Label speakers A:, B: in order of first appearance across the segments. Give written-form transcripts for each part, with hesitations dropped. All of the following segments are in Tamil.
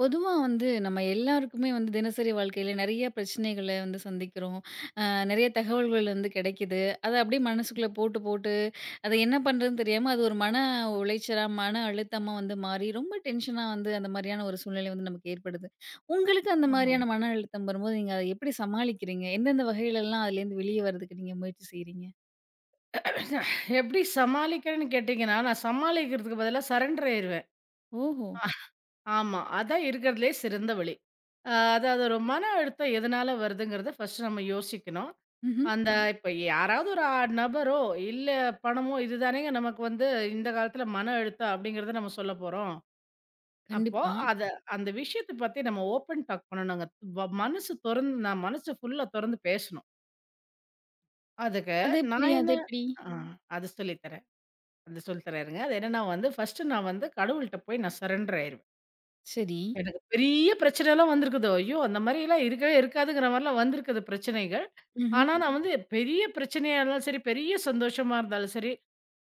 A: பொதுவா வந்து நம்ம எல்லாருக்குமே வந்து தினசரி வாழ்க்கையில நிறைய பிரச்சனைகள வந்து சந்திக்கிறோம். அ நிறைய தகவல்கள் வந்து கிடைக்குது. அத அப்படியே மனசுக்குள்ள போட்டு, அத என்ன பண்றதுன்னு தெரியாம அது ஒரு மன உளைச்சலா, மன அழுத்தமா வந்து மாறி ரொம்ப டென்ஷனா வந்து அந்த மாரியான ஒரு சூழ்நிலை வந்து நமக்கு ஏற்படுது. உங்களுக்கு அந்த
B: ஆமா.
A: மாரியான மன அழுத்தம் வரும்போது நீங்க அத எப்படி சமாளிக்கிறீங்க? எந்தெந்த வகையிலலாம் அதுலேருந்து வெளிய வர்றதுக்கு நீங்க முயற்சி செய்றீங்க?
B: எப்படி சமாளிக்கிறேன்னு கேட்டீங்கன்னா, நான் சமாளிக்கிறதுக்கு பதிலா சரண்டர் ஆயிருவேன்.
A: ஓஹோ!
B: ஆமா. அதான் இருக்கிறதுலயே சிறந்த வழி. அதாவது ஒரு மன அழுத்தம் எதனால வருதுங்கிறத ஃபர்ஸ்ட்டு நம்ம யோசிக்கணும்.
A: ம்ஹ்ம்.
B: அந்த இப்ப யாராவது ஒரு நபரோ, இல்ல பணமோ இதுதானேங்க நமக்கு வந்து இந்த காலத்துல மன அழுத்தம் அப்படிங்கிறத நம்ம சொல்ல போறோம். அப்போ
A: கண்டிப்பா.
B: அத அந்த விஷயத்த பத்தி நம்ம ஓப்பன் டாக் பண்ணணுங்க. மனசு தொறந்து நான் மனசு ஃபுல்லா தொறந்து பேசணும். அதுக்கு
A: அது எப்படி
B: நான்
A: அது
B: என்ன
A: எப்படி?
B: ஆ அது சொல்லி தரேன். அது சொல்லி தராருங்க. அது என்னன்னா வந்து, ஃபர்ஸ்ட்டு நான் வந்து கடவுள்ட்ட போய் நான் சரண்டர் ஆயிருவேன்.
A: சரி.
B: எனக்கு பெரிய பிரச்சனைலாம் வந்திருக்குது. ஐயோ! அந்த மாரிலாம் இருக்கவே இருக்காதுங்கிற மாரிலாம் வந்திருக்குது பிரச்சனைகள்.
A: ம்ஹ்ம்.
B: ஆனா நான் வந்து பெரிய பிரச்சனையா இருந்தாலும் சரி, பெரிய சந்தோஷமா இருந்தாலும் சரி,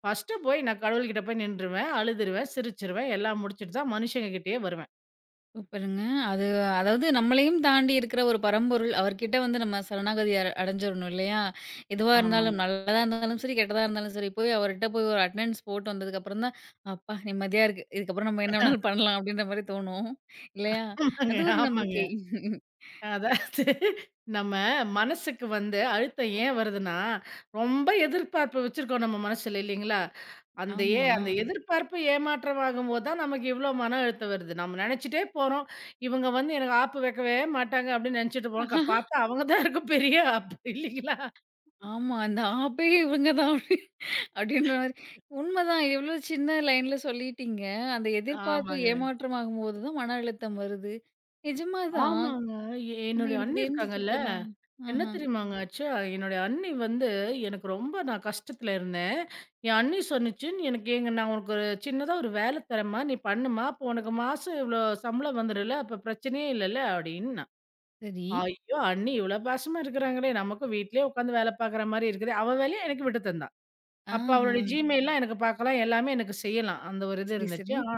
B: ஃபர்ஸ்ட்டு போய் நான் கடவுள்கிட்ட போய் நின்றுவேன், அழுதுருவேன், சிரிச்சுருவேன், எல்லாம் முடிச்சுட்டு தான் மனுஷங்க கிட்டயே வருவேன்.
A: சூப்பருங்க. அது அதாவது நம்மளையும் தாண்டி இருக்கிற ஒரு பரம்பொருள். அவர்கிட்ட வந்து நம்ம சரணாகதி அடைஞ்சிரணும் இல்லையா? எதுவா இருந்தாலும்
B: ஆமாங்க.
A: நல்லதா இருந்தாலும் சரி, கெட்டதா இருந்தாலும் சரி, போய் அவர்கிட்ட போய் ஒரு அட்டெண்டன்ஸ் போட்டு வந்ததுக்கப்புறம் தான், "அப்பா நிம்மதியா இருக்கு. இதுக்கப்புறம் நம்ம என்ன வேணாலும் பண்ணலாம்." அப்படின்ற மாரி தோணும். இல்லையா?
B: ஆமாங்க,
A: அது ஒரு
B: ஆமாங்க.
A: நம்பிக்கை.
B: அதாவது நம்ம மனசுக்கு வந்து அழுத்தம் ஏன் வருதுன்னா, ரொம்ப எதிர்பார்ப்பு வச்சிருக்கோம் நம்ம மனசுல இல்லைங்களா? அந்த ஏ
A: ஆமா.
B: அந்த எதிர்பார்ப்பு ஏமாற்றமாகும்போது தான் நமக்கு இவ்ளோ மன அழுத்தம் வருது. நம்ம நெனச்சுட்டே போறோம். இவங்க வந்து எனக்கு ஆப்பு வைக்கவே மாட்டாங்க அப்டின்னு நெனச்சுட்டு போறோம். பாத்தா அவங்க தான் இருக்கும் பெரிய ஆப்பு இல்லைங்களா?
A: ஆமா. அந்த ஆப்பே இவங்க தான் அப்படி அப்படின்ற மாரி. உண்மதான். எவ்வளோ சின்ன லைன்ல சொல்லிட்டீங்க. அந்த எதிர்பார்ப்பு
B: ஆமாங்க.
A: ஏமாற்றமாகும்போது தான் மன அழுத்தம் வருது. நிஜமா தான்.
B: ஆமாங்க.
A: ஆனா,
B: என்னுடைய
A: எனக்கு
B: அண்ணி
A: தெரிஞ்சுச்சு
B: இருக்காங்கல்ல,
A: இப்பதான்.
B: என்ன
A: ஆஹா.
B: தெரியுமாங்க ஆச்சு? என்னுடைய அண்ணி வந்து எனக்கு ரொம்ப நான் கஷ்டத்துல இருந்தேன். என் அண்ணி சொன்னுச்சு, "நீ எனக்கு எங்க நான் உனக்கு ஒரு சின்னதா ஒரு வேல தரேன்ம்மா. நீ பண்ணும்மா. அப்போ உனக்கு மாசம் இவ்ளோ சம்பளம் வந்துரும்ல. அப்ப பிரச்சனையே இல்லல்ல" அப்டின்னா.
A: சரி.
B: ஐயோ! அண்ணி இவ்ளோ பாசமா இருக்கிறாங்களே! நமக்கும் வீட்லயே உட்காந்து வேல பார்க்குற மாரி இருக்குதே! அவ வேலைய எனக்கு விட்டு தந்தா. அப்ப
A: ஆஹா.
B: அவளுடைய ஜிமெயில்லாம் எனக்கு பார்க்கலாம். எல்லாமே எனக்கு செய்யலாம். அந்த ஒரு இது
A: சரி,
B: இருந்துச்சு.
A: சரி.
B: ஆ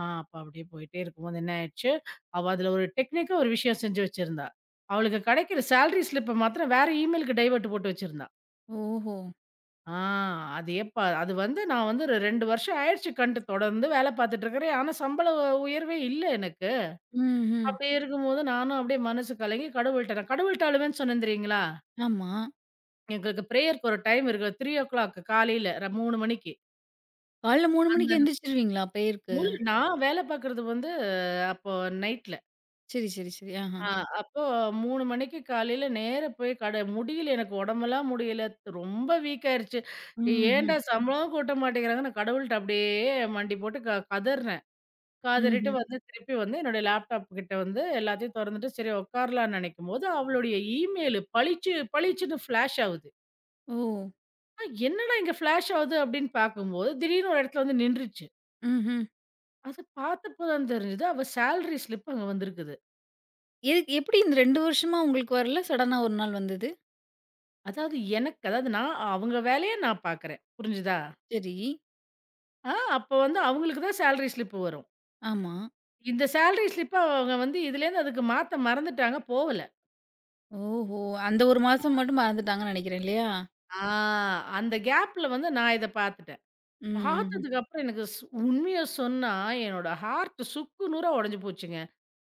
B: ஆ அப்ப அப்டியே போயிட்டே இருக்கும்போது என்ன ஆயிடுச்சு, அவ அதுல ஒரு டெக்னிக்கா ஒரு விஷயம் செஞ்சு வச்சிருந்தா. அவளுக்கு கிடைக்கிற சேலரி ஸ்லிப்ப மாத்திரம் வேற இமெயிலுக்கு டைவர்ட் போட்டு வச்சிருந்தா.
A: ஓஹோ!
B: ஆ அது எப்ப அது வந்து நான் வந்து ஒரு 2 வருஷம் ஆயிடுச்சு கண்டு தொடர்ந்து வேல பார்த்துட்டு இருக்கிறேன். ஆனா சம்பள உ உயர்வே இல்ல எனக்கு.
A: ம்ஹ்ம்.
B: அப்டி இருக்கும்போது நானும் அப்டியே மனசு கலங்கி கடவுள்ட்ட அழுவேன்னு சொன்னேன் தெரியுங்களா?
A: ஆமா.
B: எங்களுக்கு பிரேயருக்கு ஒரு டைம் இருக்கு. 3:00 காலையில ர 3:00 மணிக்கு.
A: காலைல 3
B: அந்த
A: மணிக்கு எந்திரிச்சிருவீங்களா பிரேயருக்கு?
B: முழு நான் வேலை பார்க்குறது வந்து அப்போ நைட்ல.
A: சரி, சரி, சரி. ஆஹா.
B: ஆ அப்போ 3:00 மணிக்கு காலையில நேரா போய் கடை முடியல எனக்கு உடம்பெல்லாம் முடியல. ரொம்ப வீக் ஆயிருச்சு.
A: ம்ஹ்ம்.
B: ஏன்டா சம்பளமும் கூட்ட மாட்டேங்கிறாங்க. நான் கடவுள்ட்ட அப்படியே மண்டி போட்டு கதர்றேன். கதறிட்டு
A: ம்ஹ்ம்.
B: வந்து திருப்பி வந்து என்னுடைய லேப்டாப் கிட்ட வந்து எல்லாத்தையும் தொறந்துட்டு சரி உட்காரலாம்னு நினைக்கும்போது, அவளுடைய இமெயில் பளிச்சுன்னு ஃபிளாஷ் ஆகுது.
A: ஓ!
B: என்னடா இங்க ஃபிளாஷ் ஆகுது அப்படின்னு பார்க்கும்போது, திடீர்னு ஒரு இடத்துல வந்து நின்றுச்சு.
A: ம்ஹ்ம்.
B: அது பார்த்தப்போ தான் தெரிஞ்சது. அவ சேலரி ஸ்லிப் அங்க வந்திருக்குது.
A: எதுக்கு எப்படி இந்த 2 வருஷமா உங்களுக்கு வரல? சடனா ஒரு நாள் வந்தது?
B: அதாவது நான் அவங்க வேலைய நான் பார்க்குறேன். புரிஞ்சுதா?
A: சரி.
B: ஆ அப்போ வந்து அவங்களுக்கு தான் சேலரி ஸ்லிப் வரும்.
A: ஆமா.
B: இந்த சேலரி ஸ்லிப்ப அவங்க வந்து இதுலேருந்து அதுக்கு மாத்த மறந்துட்டாங்க. போகல.
A: ஓஹோ! அந்த 1 மாசம் மட்டும் மறந்துட்டாங்கன்னு நெனைக்கிறேன் இல்லையா?
B: ஆ அந்த கேப்ல வந்து நான் இத பார்த்துட்டேன்.
A: ம். ம்ஹ்ம்.
B: பார்த்ததுக்கப்புறம் எனக்கு உண்மைய சொன்னா என்னோட ஹார்ட் சுக்கு நூறா உடைஞ்சு போச்சுங்க.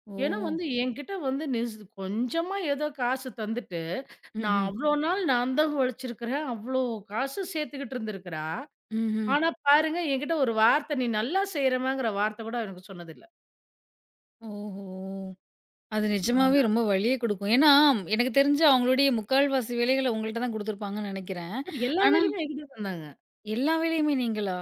A: ஓ!
B: ஏன்னா வந்து என்கிட்ட வந்து கொஞ்சமா ஏதோ காசு தந்துட்டு, நான்
A: ம்ஹ்ம்.
B: அவ்ளோ நாள் நான் தான் உழைச்சிருக்கிறேன். அவ்ளோ காசு சேர்த்துக்கிட்டு இருந்திருக்கிறா.
A: ம்ஹ்ம்.
B: ஆனா பாருங்க, என்கிட்ட ஒரு வார்த்தை "நீ நல்லா செய்றமாங்கிற" வார்த்தை கூட எனக்கு சொன்னதில்ல.
A: ஓஹோ! அது நிஜமாவே
B: ஆனா.
A: ரொம்ப வலிய குடுக்கும். ஏன்னா, எனக்கு தெரிஞ்சு அவங்களுடைய முக்கால்வாசி வேலைகள உங்கள்ட்ட தான் குடுத்துருப்பாங்கன்னு நெனைக்கிறேன்.
B: எல்லா
A: ஆனா,
B: வேலையுமே என்கிட்ட தந்தாங்க.
A: எல்லா வேலையுமே நீங்களா?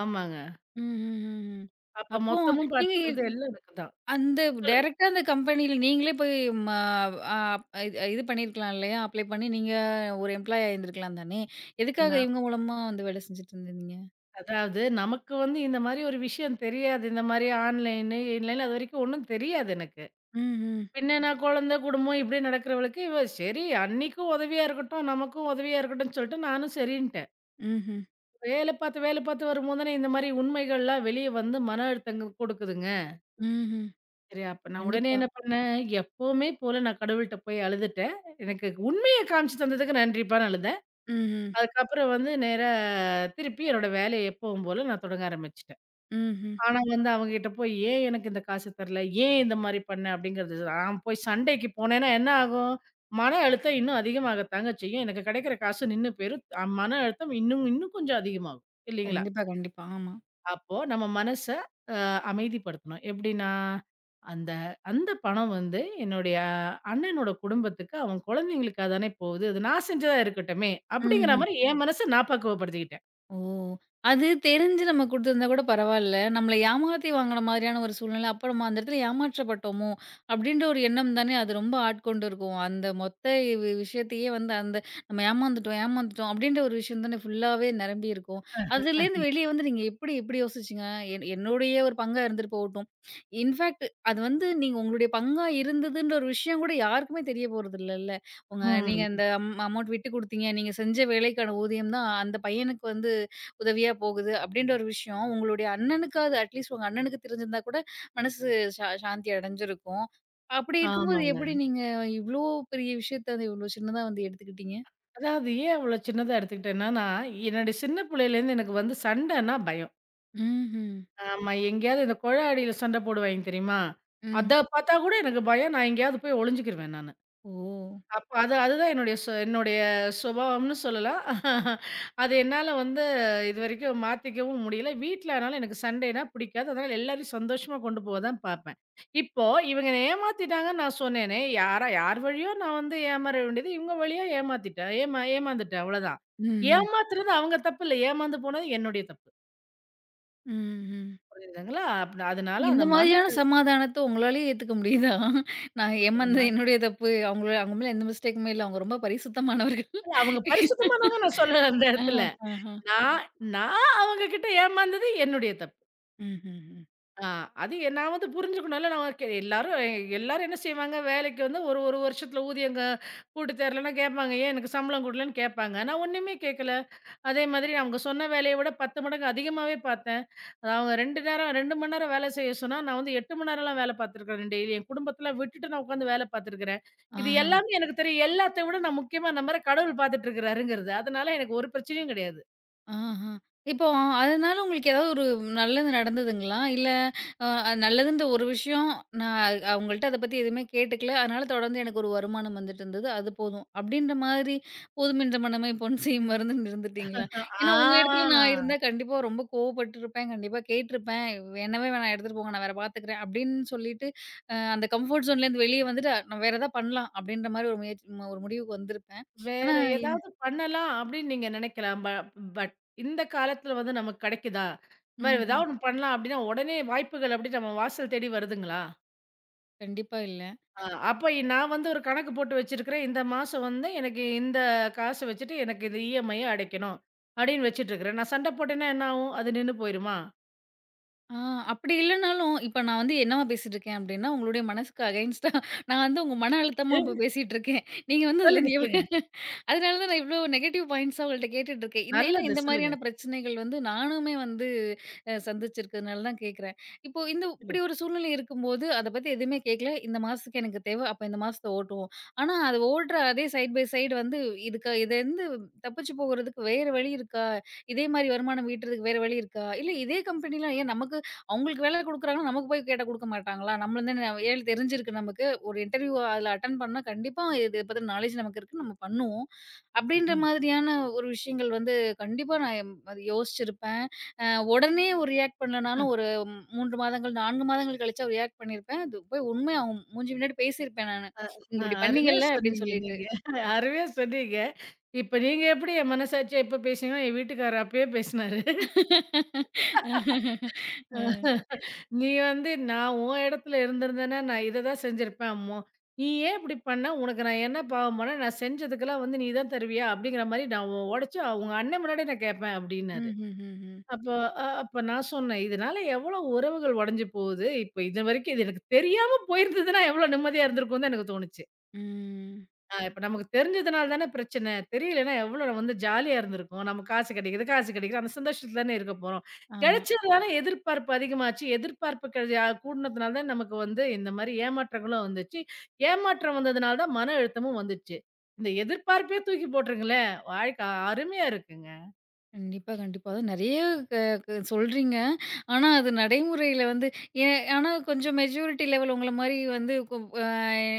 B: ஆமாங்க.
A: ம்.
B: அப்ப
A: அப்போ
B: மொத்தமும்
A: நீங்க
B: பார்த்துக்கிறது எல்லாம் எனக்கு தான்.
A: அந்த
B: சொல்லுங்க.
A: டைரக்ட்டா அந்த கம்பெனியில நீங்களே போய் ம அ இது இது பண்ணியிருக்கலாம் இல்லையா? அப்ளை பண்ணி நீங்க ஒரு எம்ப்ளாயி ஆயிருந்திருக்கலாம் தானே! எதுக்காக
B: நான்
A: இவங்க மூலமா வந்து வேலை செஞ்சுட்டு இருந்தீங்க?
B: அதாவது நமக்கு வந்து இந்த மாரி ஒரு விஷயம் தெரியாது. இந்த மாரி ஆன்லைனு, இன்லைனு அதுவரைக்கும் ஒண்ணும் தெரியாது எனக்கு.
A: ம்ஹ்ம்.
B: பின்ன நான் குழந்தை, குடும்பம் இப்படியே நடக்கிறவளுக்கு, இவ சரி அன்னைக்கும் உதவியா இருக்கட்டும், நமக்கும் உதவியா இருக்கட்டும்ன்னு சொல்லிட்டு நானும் சரின்ட்டேன்.
A: ம்ஹ்ம்.
B: வேலை பார்த்து, வேலை பார்த்து வரும்போது தானே இந்த மாரி உண்மைகள்லாம் வெளிய வந்து மன அழுத்தங்கள் கொடுக்குதுங்க.
A: ம்ஹ்ம்.
B: சரி, அப்ப நான் உடனே
A: கண்டிப்பா.
B: என்ன பண்ணேன், எப்பவுமே போல நான் கடவுள்ட்ட போய் அழுதுட்டேன். எனக்கு உண்மைய காமிச்சு தந்ததுக்கு நன்றிப்பான்னு அழுதேன்.
A: ம்ஹ்ம்.
B: அதுக்கப்புறம் வந்து நேரா திருப்பி என்னோட வேலைய எப்பவும் போல நான் தொடங்க ஆரம்பிச்சுட்டேன்.
A: ம்ஹ்ம்.
B: ஆனா வந்து அவங்ககிட்ட போய், "ஏன் எனக்கு இந்த காசு தரல? ஏன் இந்த மாரி பண்ண?" அப்படிங்கிறது நான் போய் சண்டைக்கு போனேன்னா என்ன ஆகும்? மன அழுத்தம் இன்னும் அதிகமாகத்தாங்க செய்யும். எனக்கு கிடைக்கிற காசு நின்னு போயிரும். மன அழுத்தம் இன்னும் இன்னும் கொஞ்சம் அதிகமாகும். இல்லைங்களா?
A: கண்டிப்பா, கண்டிப்பா. ஆமா.
B: அப்போ நம்ம மனச அ அமைதிப்படுத்தணும். எப்படின்னா, அந்த அந்த பணம் வந்து என்னுடைய அண்ணனோட குடும்பத்துக்கு, அவன் குழந்தைங்களுக்கா தானே போகுது. அது நான் செஞ்சதா இருக்கட்டுமே! அப்படிங்கிற
A: ம்ஹ்ம்.
B: மாரி என் மனச நான் பக்குவப்படுத்திக்கிட்டேன்.
A: ஓ! அது தெரிஞ்சு நம்ம குடுத்திருந்தா கூட பரவால்ல. நம்மள ஏமாத்தி வாங்குன மாதிரியான ஒரு சூழ்நிலை. அப்ப நம்ம அந்த இடத்துல ஏமாற்றப்பட்டோமோ! அப்பிடின்ற ஒரு எண்ணம் தானே அது ரொம்ப ஆட்கொண்டு இருக்கும். அந்த மொத்த விஷயத்தையே வந்து அந்த நம்ம ஏமாந்துட்டோம், ஏமாந்துட்டோம் அப்பிடின்ற ஒரு விஷயம் தானே ஃபுல்லாவே நிரம்பி இருக்கும். அதுலேருந்து வெளிய வந்து நீங்க எப்பிடி எப்பிடி யோசிச்சீங்க? என்னுடைய ஒரு பங்கா இருந்துட்டு போகட்டும். இன்ஃபேக்ட் அது வந்து நீங்க உங்களுடைய பங்கா இருந்ததுன்ற ஒரு விஷயம் கூட யாருக்குமே தெரிய போறதில்லல்ல. நீங்க
B: ம்.
A: அந்த அமௌண்ட் விட்டு குடுத்தீங்க. நீங்க செஞ்ச வேலைக்கான ஊதியம் தான் அந்த பையனுக்கு வந்து உதவியா போகுது அப்படின்ற ஒரு விஷயம் உங்களுடைய அண்ணனுக்காவது அட்லீஸ்ட் உங்க அண்ணனுக்கு தெரிஞ்சிருந்தா கூட மனசு சாந்தி அடைஞ்சிருக்கும். அப்படி இருக்கும்போது
B: ஆமாங்க.
A: எப்படி நீங்க இவ்ளோ பெரிய விஷயத்த வந்து இவ்ளோ சின்னதா வந்து எடுத்துக்கிட்டீங்க?
B: அதாவது ஏன் அவ்வளோ சின்னதா எடுத்துக்கிட்டேன்னா, நான் என்னுடைய சின்ன பிள்ளையிலேருந்து எனக்கு வந்து சண்டைன்னா பயம்.
A: ம்ஹ்ம்.
B: ஆமா. எங்கேயாவது இந்த குழா அடியில சண்டை போடுவாய்ங்க தெரியுமா? அத
A: ம்.
B: பார்த்தா கூட எனக்கு பயம். நான் எங்கேயாவது போய் ஒளிஞ்சுக்கிருவேன் நானு.
A: ஓ!
B: அப்ப அதுதான் என்னுடைய சுபாவம்னு சொல்லலாம். அது என்னால வந்து இதுவரைக்கும் மாத்திக்கவும் முடியல. வீட்ல ஆனாலும் எனக்கு சண்டேன்னா பிடிக்காது. அதனால எல்லாரையும் சந்தோஷமா கொண்டு போக தான் பார்ப்பேன். இப்போ இவங்க என்ன ஏமாத்திட்டாங்கன்னு நான் சொன்னேனே, யாரா யார் வழியோ நான் வந்து ஏமாற வேண்டியது, இவங்க வழியா ஏமாத்திட்டேன். ஏமாந்துட்டேன் அவ்வளோதான்.
A: ம்ஹ்ம்.
B: ஏமாத்துறது அவங்க தப்பு இல்ல. ஏமாந்து போனது என்னுடைய தப்பு.
A: ம்ஹ்ம்.
B: புரியுதுங்களா? அதனால
A: இந்த
B: அந்த மன
A: மாதிரியான சமாதானத்த உங்களாலயே ஏத்துக்க முடியுதா? நான்
B: இல்ல,
A: ஏமாந்தது என்னுடைய தப்பு. அவங்கள அவங்க மேல எந்த மிஸ்டேக்குமே இல்ல. அவங்க ரொம்ப பரிசுத்தமானவர்கள்.
B: அவங்க பரிசுத்தமானவங்க நான் சொல்லல அந்த
A: ஆஹ.
B: இடத்துல.
A: ஆஹா.
B: நான் நான் அவங்க கிட்ட ஏமாந்தது என்னுடைய தப்பு.
A: ம்ஹ்ஹ்ம்.
B: ஆ, அது எ நான் வந்து புரிஞ்சுக்கணும்ல. நான் கே எல்லாரும் எல்லாரும் என்ன செய்வாங்க, வேலைக்கு வந்து ஒரு 1 வருஷத்துல ஊதியங்க கூட்டி தரலன்னா கேட்பாங்க. "ஏன் எனக்கு சம்பளம் குடுக்கலன்னு?" கேட்பாங்க. நான் ஒண்ணுமே கேட்கல. அதே மாதிரி அவங்க சொன்ன வேலைய விட 10 மடங்கு அதிகமாவே பார்த்தேன். அவங்க 2 மணி நேரம் வேலை செய்ய சொன்னா, நான் வந்து 8 மணி நேரம்லாம் வேலை பார்த்துருக்கிறேன் டெய்லி. என் குடும்பத்தலாம் விட்டுட்டு நான் உட்காந்து வேலை பார்த்துருக்கிறேன். இது
A: ஆஹ.
B: எல்லாமே எனக்கு தெரியும். எல்லாத்த விட நான் முக்கியமா நம்மள கடவுள் பார்த்துட்டு இருக்கிறாருங்கிறது. அதனால எனக்கு ஒரு பிரச்சனையும் கிடையாது.
A: ஆஹா! இப்போ அதனால உங்களுக்கு ஏதாவது ஒரு நல்லது நடந்ததுங்களா? இல்ல அ நல்லதுன்ற ஒரு விஷயம் நான் அவங்கள்ட்ட அத பத்தி எதுவுமே கேட்டுக்கல. அதனால தொடர்ந்து எனக்கு ஒரு வருமானம் வந்துட்டு இருந்தது. அது போதும். அப்படின்ற மாதிரி போதுமென்ற மனமே பொன் செய்யும் மருந்துன்னு
B: அ
A: இருந்துட்டீங்களா? ஏன்னா
B: ஆ.
A: உங்க இடத்துல நான் இருந்தா கண்டிப்பா ரொம்ப கோவப்பட்டுருப்பேன். கண்டிப்பா கேட்டுருப்பேன். "என்னவே வேணாம் எடுத்துட்டு போங்க. நான் வேற பார்த்துக்கிறேன்." அப்படின்னு சொல்லிட்டு அந்த கம்ஃபோர்ட் ஜோன்லேருந்து வெளிய வந்துட்டு நான் வேற ஏதாவது பண்ணலாம் அப்படின்ற மாதிரி ஒரு முயற்சி ஒரு முடிவுக்கு வந்திருப்பேன். ஆனா
B: வேற
A: இது
B: ஏதாவது பண்ணலாம் அப்படின்னு நீங்க நினைக்கலாம். ப பட் இந்த காலத்துல வந்து நமக்கு கிடைக்குதா? இந்த மாரி
A: ம்ஹ்ம்.
B: ஏதாவது ஒண்ணு பண்ணலாம் அப்படின்னா, உடனே வாய்ப்புகள் அப்படி நம்ம வாசல் தேடி வருதுங்களா?
A: கண்டிப்பா இல்ல.
B: அ அப்ப நான் வந்து ஒரு கணக்கு போட்டு வச்சிருக்கிறேன். இந்த மாசம் வந்து எனக்கு இந்த காசு வச்சுட்டு எனக்கு இந்த இஎம்ஐய அடைக்கணும். அப்படின்னு வச்சுட்டு இருக்கிறேன். நான் சண்டை போட்டேன்னா என்ன ஆகும்? அது நின்னு போயிருமா?
A: ஆ அப்படி இல்லனாலும், இப்ப நான் வந்து என்னவா பேசிட்டுருக்கேன் அப்டின்னா, உங்களுடைய மனசுக்கு அகைன்ஸ்ட்டா நான் வந்து உங்க மன அழுத்தமா இப்ப பேசிட்டுருக்கேன். நீங்க வந்து
B: சொல்லுங்க,
A: அதுலேருந்து
B: சொல்லுங்க.
A: அதனால தான் நான் இவ்ளோ நெகட்டிவ் பாயிண்ட்ஸா உங்கள்ட்ட கேட்டுட்டுருக்கேன். இந்த ஏன்னா
B: நல்லது
A: இந்த
B: சொல்லுங்க.
A: மாரியான பிரச்சனைகள் வந்து நானுமே வந்து சந்திச்சிருக்கிறதுனால தான் கேட்குறேன். இப்போ இந்த இப்படி
B: சொல்லுங்க.
A: ஒரு சூழ்நிலை இருக்கும்போது, அத பத்தி எதுவுமே கேட்கல. இந்த மாசத்துக்கு எனக்கு தேவ. அப்ப இந்த மாசத்த ஓட்டுவோம். ஆனா அது ஓடுற அதே சைட் பை சைடு வந்து இதுலேருந்து தப்பிச்சு போகுறதுக்கு வேற வழி இருக்கா? இதே மாரி வருமானம் ஈட்டுறதுக்கு வேற வழி இருக்கா? இல்ல இதே கம்பெனிலாம் ஏன் நமக்கு அவங்களுக்கு வேலை குடுக்குறாங்கன்னா, நமக்கு போய் கேட்டா குடுக்க மாட்டாங்களா? நம்மள தான ஏழு தெரிஞ்சிருக்கு நமக்கு. ஒரு இன்டர்வியூ அதுல அட்டெண்ட் பண்ணா கண்டிப்பா இத பத்தின நாலேட்ஜ் நமக்கு இருக்கு. நம்ம பண்ணுவோம். அப்டின்ற
B: ம்.
A: மாதிரியான ஒரு விஷயங்கள் வந்து கண்டிப்பா நான் எம் அது யோசிச்சிருப்பேன். அ உடனே ஒரு ரியாக்ட் பண்ணலனாலும் ஒரு 3 மாதங்கள், 4 மாதங்கள் கழிச்சா ரியாக்ட் பண்ணியிருப்பேன். அது போய் உண்மையா அவங்க மூஞ்சி முன்னாடி பேசியிருப்பேன் நானு. "நீங்க இப்டி
B: அருமையா
A: பண்ணீங்கல்ல" அப்டின்னு
B: சொன்னீங்க
A: சொல்லிட்டு.
B: நீங்க. அருமையா சொன்னீங்க. இப்ப நீங்க எப்படி என் மனசாட்சிய எப்ப பேசுனீங்களோ, என் வீட்டுக்காரர் அப்பயே பேசினாரு.
A: அ.
B: நீ வந்து நான் உன் இடத்துல இருந்திருந்தேன்னா, நான் இத தான் செஞ்சிருப்பேன் அம்மு. நீ ஏன் இப்படி பண்ண? உனக்கு நான் என்ன பாவம் பண்ணேன்? நான் செஞ்சதுக்கெல்லாம் வந்து நீ தான் தருவியா? அப்படிங்கிற மாரி நான் உடைச்சு உங்க அண்ணன் முன்னாடி நான் கேட்பேன் அப்படின்னாரு.
A: ம்ஹ்ஹ்ஹ்ம். ம்.
B: அப்போ அப்ப நான் சொன்னேன், இதனால எவ்வளோ உறவுகள் உடைஞ்சு போகுது. இப்ப இதுவரைக்கும் இது எனக்கு தெரியாம போயிருந்ததுன்னா எவ்வளோ நிம்மதியா இருந்திருக்கும்னு தான் எனக்கு தோணுச்சு.
A: ம், ம். ம்,
B: இப்ப நமக்கு தெரிஞ்சதுனால தானே பிரச்சனை. தெரியலன்னா எவ்வளோ வந்து ஜாலியா இருந்திருக்கும். நம்ம காசு கிடைக்குது, காசு கிடைக்குது. அந்த சந்தோஷத்துல தானே இருக்க போறோம்.
A: ஆமா.
B: கிடைச்சதுனால எதிர்பார்ப்பு அதிகமாச்சு. எதிர்பார்ப்பு கெ அ கூடுனதுனால தான் நமக்கு வந்து இந்த மாரி ஏமாற்றங்களும் வந்துச்சு. ஏமாற்றம் வந்ததுனால தான் மன அழுத்தமும் வந்துச்சு. இந்த எதிர்பார்ப்பே தூக்கி போட்டுருங்களேன், வாழ்க்கை அருமையா இருக்குங்க.
A: கண்டிப்பா, கண்டிப்பா. அதுவும் நெறைய க க சொல்றீங்க. ஆனா, அது நடைமுறையில வந்து ஏ ஆனா கொஞ்சம் மெச்சூரிட்டி லெவல் உங்கள மாரி வந்து கொ அ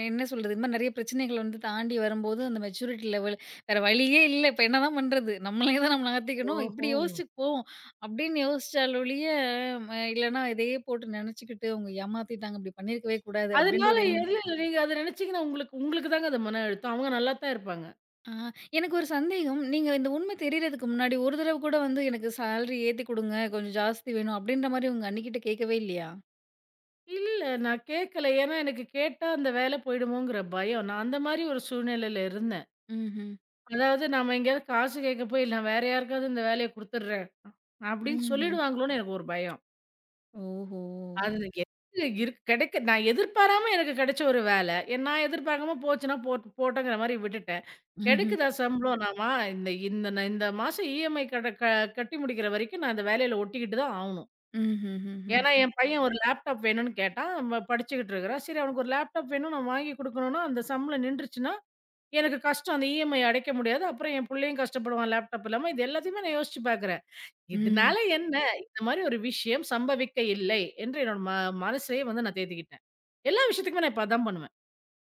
A: என்ன சொல்றது? இந்த மாரி நெறைய பிரச்சனைகள் வந்து தாண்டி வரும்போது, அந்த மெச்சூரிட்டி லெவல் வேற வழியே இல்ல. இப்ப என்னதான் பண்றது? நம்மளே தான் நம்மள நகர்த்திக்கணும். இப்படி
B: ஓஹோ!
A: யோசிச்சு போவோம். அப்படின்னு யோசிச்சால் ஒழிய, இல்லன்னா இதையே போட்டு நெனச்சுக்கிட்டு, "அவங்க ஏமாத்திட்டாங்க. இப்படி பண்ணியிருக்கவே கூடாது." அப்படின்ற
B: அதனால
A: ஒரு எண்ணம்
B: எதுல நீங்க அத நினைச்சீங்கன்னா உங்களுக்கு உங்களுக்கு தாங்க அது மன அழுத்தம். அவங்க நல்லா தான் இருப்பாங்க.
A: ஆ, எனக்கு ஒரு சந்தேகம். நீங்க இந்த உண்மை தெரியறதுக்கு முன்னாடி ஒரு தடவ கூட வந்து எனக்கு சேலரி ஏத்தி குடுங்க, கொஞ்சம் ஜாஸ்தி வேணும் அப்படின்ற மாரி உங்க அண்ணிகிட்ட கேட்கவே இல்லையா?
B: இல்ல. நான் கேட்கல. ஏன்னா, எனக்கு கேட்டா அந்த வேலை போயிடுமோங்கிற பயம். நான் அந்த மாரி ஒரு சூழ்நிலையில இருந்தேன்.
A: ம்ஹ்ம்.
B: அதாவது நாம எங்கேயாவது காசு கேட்க போய், "நான் வேற யாருக்காவது இந்த வேலைய குடுத்துடுறேன்" அப்டின்னு
A: ம்ஹ்ம்.
B: சொல்லிடுவாங்களோன்னு எனக்கு ஒரு பயம்.
A: ஓஹோ!
B: அது எனக்கு இருக்கு கிடைக்க நான் எதிர்பாராம எனக்கு கிடைச்ச ஒரு வேலை. நான் எதிர்பார்க்காம போச்சுன்னா போட்டோங்கிற மாரி விட்டுட்டேன்.
A: ம்ஹ்ம்.
B: கிடைக்குதா சம்பளம்? இந்த இந்த நான் இந்த மாசம் இஎம்ஐ கட க கட்டி முடிக்கிற வரைக்கும் நான் இந்த வேலையில ஒட்டிக்கிட்டு தான் ஆவணும்.
A: ம்ஹ்ஹ்ஹ்ம்.
B: ஏன்னா, என் பையன் ஒரு லேப்டாப் வேணும்னு கேட்டான். அவன் படிச்சுக்கிட்டு இருக்கிறான். சரி அவனுக்கு ஒரு லேப்டாப் வேணும். நான் வாங்கி குடுக்கணும்னா, அந்த சம்பளம் நின்றுச்சுன்னா, எனக்கு கஷ்டம். அந்த இஎம்ஐ அடைக்க முடியாது. அப்புறம் என் புள்ளையும் கஷ்டப்படுவான் லேப்டாப் இல்லாம. இது எல்லாத்தையுமே நான் யோசிச்சு பார்க்குறேன்.
A: ம்.
B: இதனால என்ன? இந்த மாரி ஒரு விஷயம் சம்பவிக்க இல்லை என்று என்னோட மனசே வந்து நான் தேத்திக்கிட்டேன். எல்லா விஷயத்துக்குமே நான் இப்ப அதான் பண்ணுவேன்.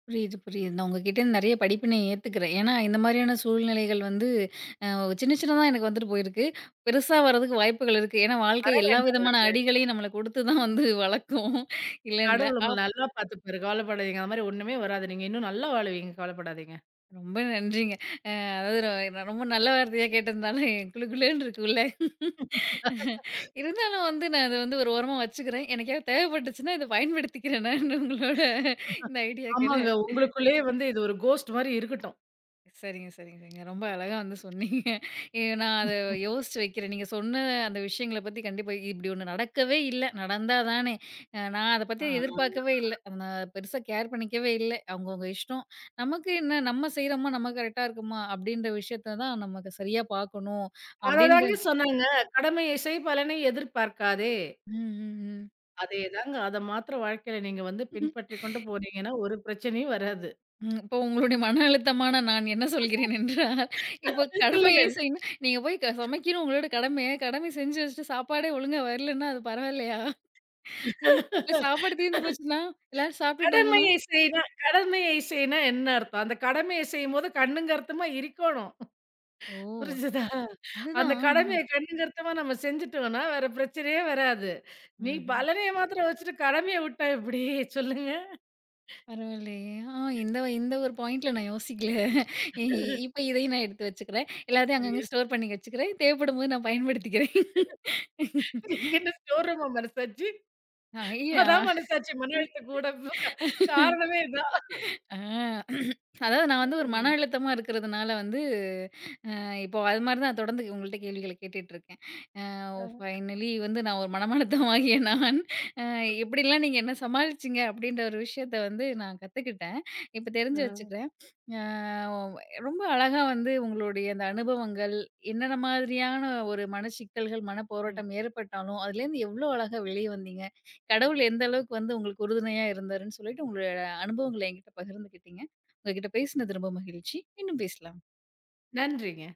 A: புரியுது, புரியுது. நான் உங்ககிட்ட இருந்து நெறைய படிப்பினைய ஏத்துக்கிறேன். ஏன்னா, இந்த மாரியான சூழ்நிலைகள் வந்து அ சின்ன சின்னதா எனக்கு வந்துட்டு போயிருக்கு. பெருசா வர்றதுக்கு வாய்ப்புகள் இருக்கு. ஏன்னா, வாழ்க்கை
B: வர
A: எல்லா
B: வேண்டாம்.
A: விதமான அடிகளையும் நம்மள குடுத்து தான் வந்து வளக்கும். இல்லன்ல.
B: கடவுள் உங்கள நல்லா பார்த்துப்பாரு. கவலைப்படாதீங்க. அந்த மாரி ஒண்ணுமே வராது. நீங்க இன்னும் நல்லா வாழுவீங்க. கவலைப்படாதீங்க.
A: ரொம்ப நன்றிங்க. அதாவது ரொம்ப நல்ல வார்த்தையா கேட்டிருந்தாலும் குளு குளுன்னு இருக்குல்ல. இருந்தாலும் வந்து நான் அத வந்து ஒரு ஓரமா வச்சுக்கிறேன். எனக்காவது தேவைப்பட்டுச்சுன்னா, இத பயன்படுத்திக்கிறேன் நானு உங்களோட இந்த ஐடியாக்கள.
B: ஆமாங்க. உங்களுக்குள்ளேயே வந்து இது ஒரு கோஸ்ட் மாரி இருக்கட்டும்.
A: சரிங்க. ரொம்ப அழகா வந்து சொன்னீங்க. நான் அத யோசிச்சு வைக்கிறேன். நீங்க சொன்ன அந்த விஷயங்கள பத்தி கண்டிப்பா இப்படி ஒண்ணு நடக்கவே இல்ல. நடந்தா தானே! நான் அத பத்தி
B: ஆ.
A: எதிர்பார்க்கவே இல்ல. அத நான் பெருசா கேர் பண்ணிக்கவே இல்ல. அவங்கவங்க இஷ்டம். நமக்கு என்ன நம்ம செய்றோமா, நம்ம கரெக்ட்டா இருக்கோமா, அப்படின்ற விஷயத்த தான் நமக்கு சரியா பார்க்கணும்.
B: அததாங்க
A: அப்படின்ற
B: சொன்னாங்க. "கடமையை செய் பலனை எதிர்பார்க்காதே."
A: ம்.
B: அதேதாங்க. அத மாத்திரம் வாழ்க்கையில நீங்க வந்து
A: ம்.
B: பின்பற்றிக் கொண்டு போனீங்கன்னா, ஒரு பிரச்சனையும் வராது.
A: இப்போ உங்களுடைய மன அழுத்தமான நான் என்ன சொல்கிறேன் என்றால், இப்போ கடமையை
B: சொல்லுங்கள்.
A: செய்யணும் நீங்க போய் சமைக்கணும் உங்களோட கடமை. கடமை செஞ்சு வச்சுட்டு சாப்பாடே ஒழுங்கா வரலன்னா, அது பரவாயில்லையா? ம், இல்ல சாப்பாடு தீர்ந்து போச்சுன்னா, எல்லாரும் சாப்பிட்டுட்டாங்கன்னா?
B: கடமையை செய்னா என்ன அர்த்தம்? அந்த கடமையை செய்யும்போது கண்ணுங்கருத்துமா இருக்கணும்.
A: ஓ!
B: புரிஞ்சுதா? அந்த
A: அதுதான்.
B: கடமையை கண்ணுங்கருத்துமா நம்ம செஞ்சுட்டோம்னா, வேற பிரச்சனையே வராது. நீ
A: ம்ஹ்ம்.
B: பலனைய மாத்திரம் வச்சுட்டு கடமைய விட்டா எப்டி? சொல்லுங்க.
A: பரவாயில்லையே! ஆ இந்த இந்த ஒரு பாயிண்ட்ல நான் யோசிக்கல. இ இப்ப இதையும் நான் எடுத்து வச்சுக்கிறேன். எல்லாத்தையும் அங்கங்க
B: ஐயோ!
A: ஸ்டோர் பண்ணி வச்சுக்கிறேன். தேவைப்படும்போது நான் பயன்படுத்திக்கிறேன்.
B: நீங்க என்ன ஸ்டோர் ரூமா மனசாட்சி?
A: ஆ, இல்ல
B: அதான் மனசாட்சி. மன அழுத்தம் கூட. காரணமே இதான்.
A: ஆ. அதாவது நான் வந்து ஒரு மன
B: ம்.
A: அழுத்தமா இருக்கிறதுனால வந்து, இப்போ அது மாதிரி தான் தொடர்ந்து உங்கள்ட்ட கேள்விகள கேட்டுட்டு இருக்கேன். அ
B: அ,
A: ஃபைனலி வந்து நான் ஒரு மனமழுத்தமாகிய நான் அ எப்படிலாம் நீங்க என்ன சமாளிச்சீங்க? அப்படின்ற ஒரு விஷயத்த வந்து நான் கத்துக்கிட்டேன். இப்ப
B: அ,
A: தெரிஞ்சு வச்சுக்கிறேன். அ ரொம்ப அழகா வந்து உங்களுடைய அந்த அனுபவங்கள், என்னென்ன மாதிரியான ஒரு மன சிக்கல்கள்,
B: அ.
A: மனப்போராட்டம் ஏற்பட்டாலும், அதுலேருந்து எவ்வளோ அழகா வெளிய வந்தீங்க. கடவுள் எந்த அளவுக்கு வந்து உங்களுக்கு உறுதுணையா இருந்தாருன்னு சொல்லிட்டு, உங்களோட அனுபவங்கள என்கிட்ட பகிர்ந்துக்கிட்டீங்க. உங்ககிட்ட பேசினது ரொம்ப மகிழ்ச்சி. இன்னும் பேசலாம்.
B: நன்றிங்க.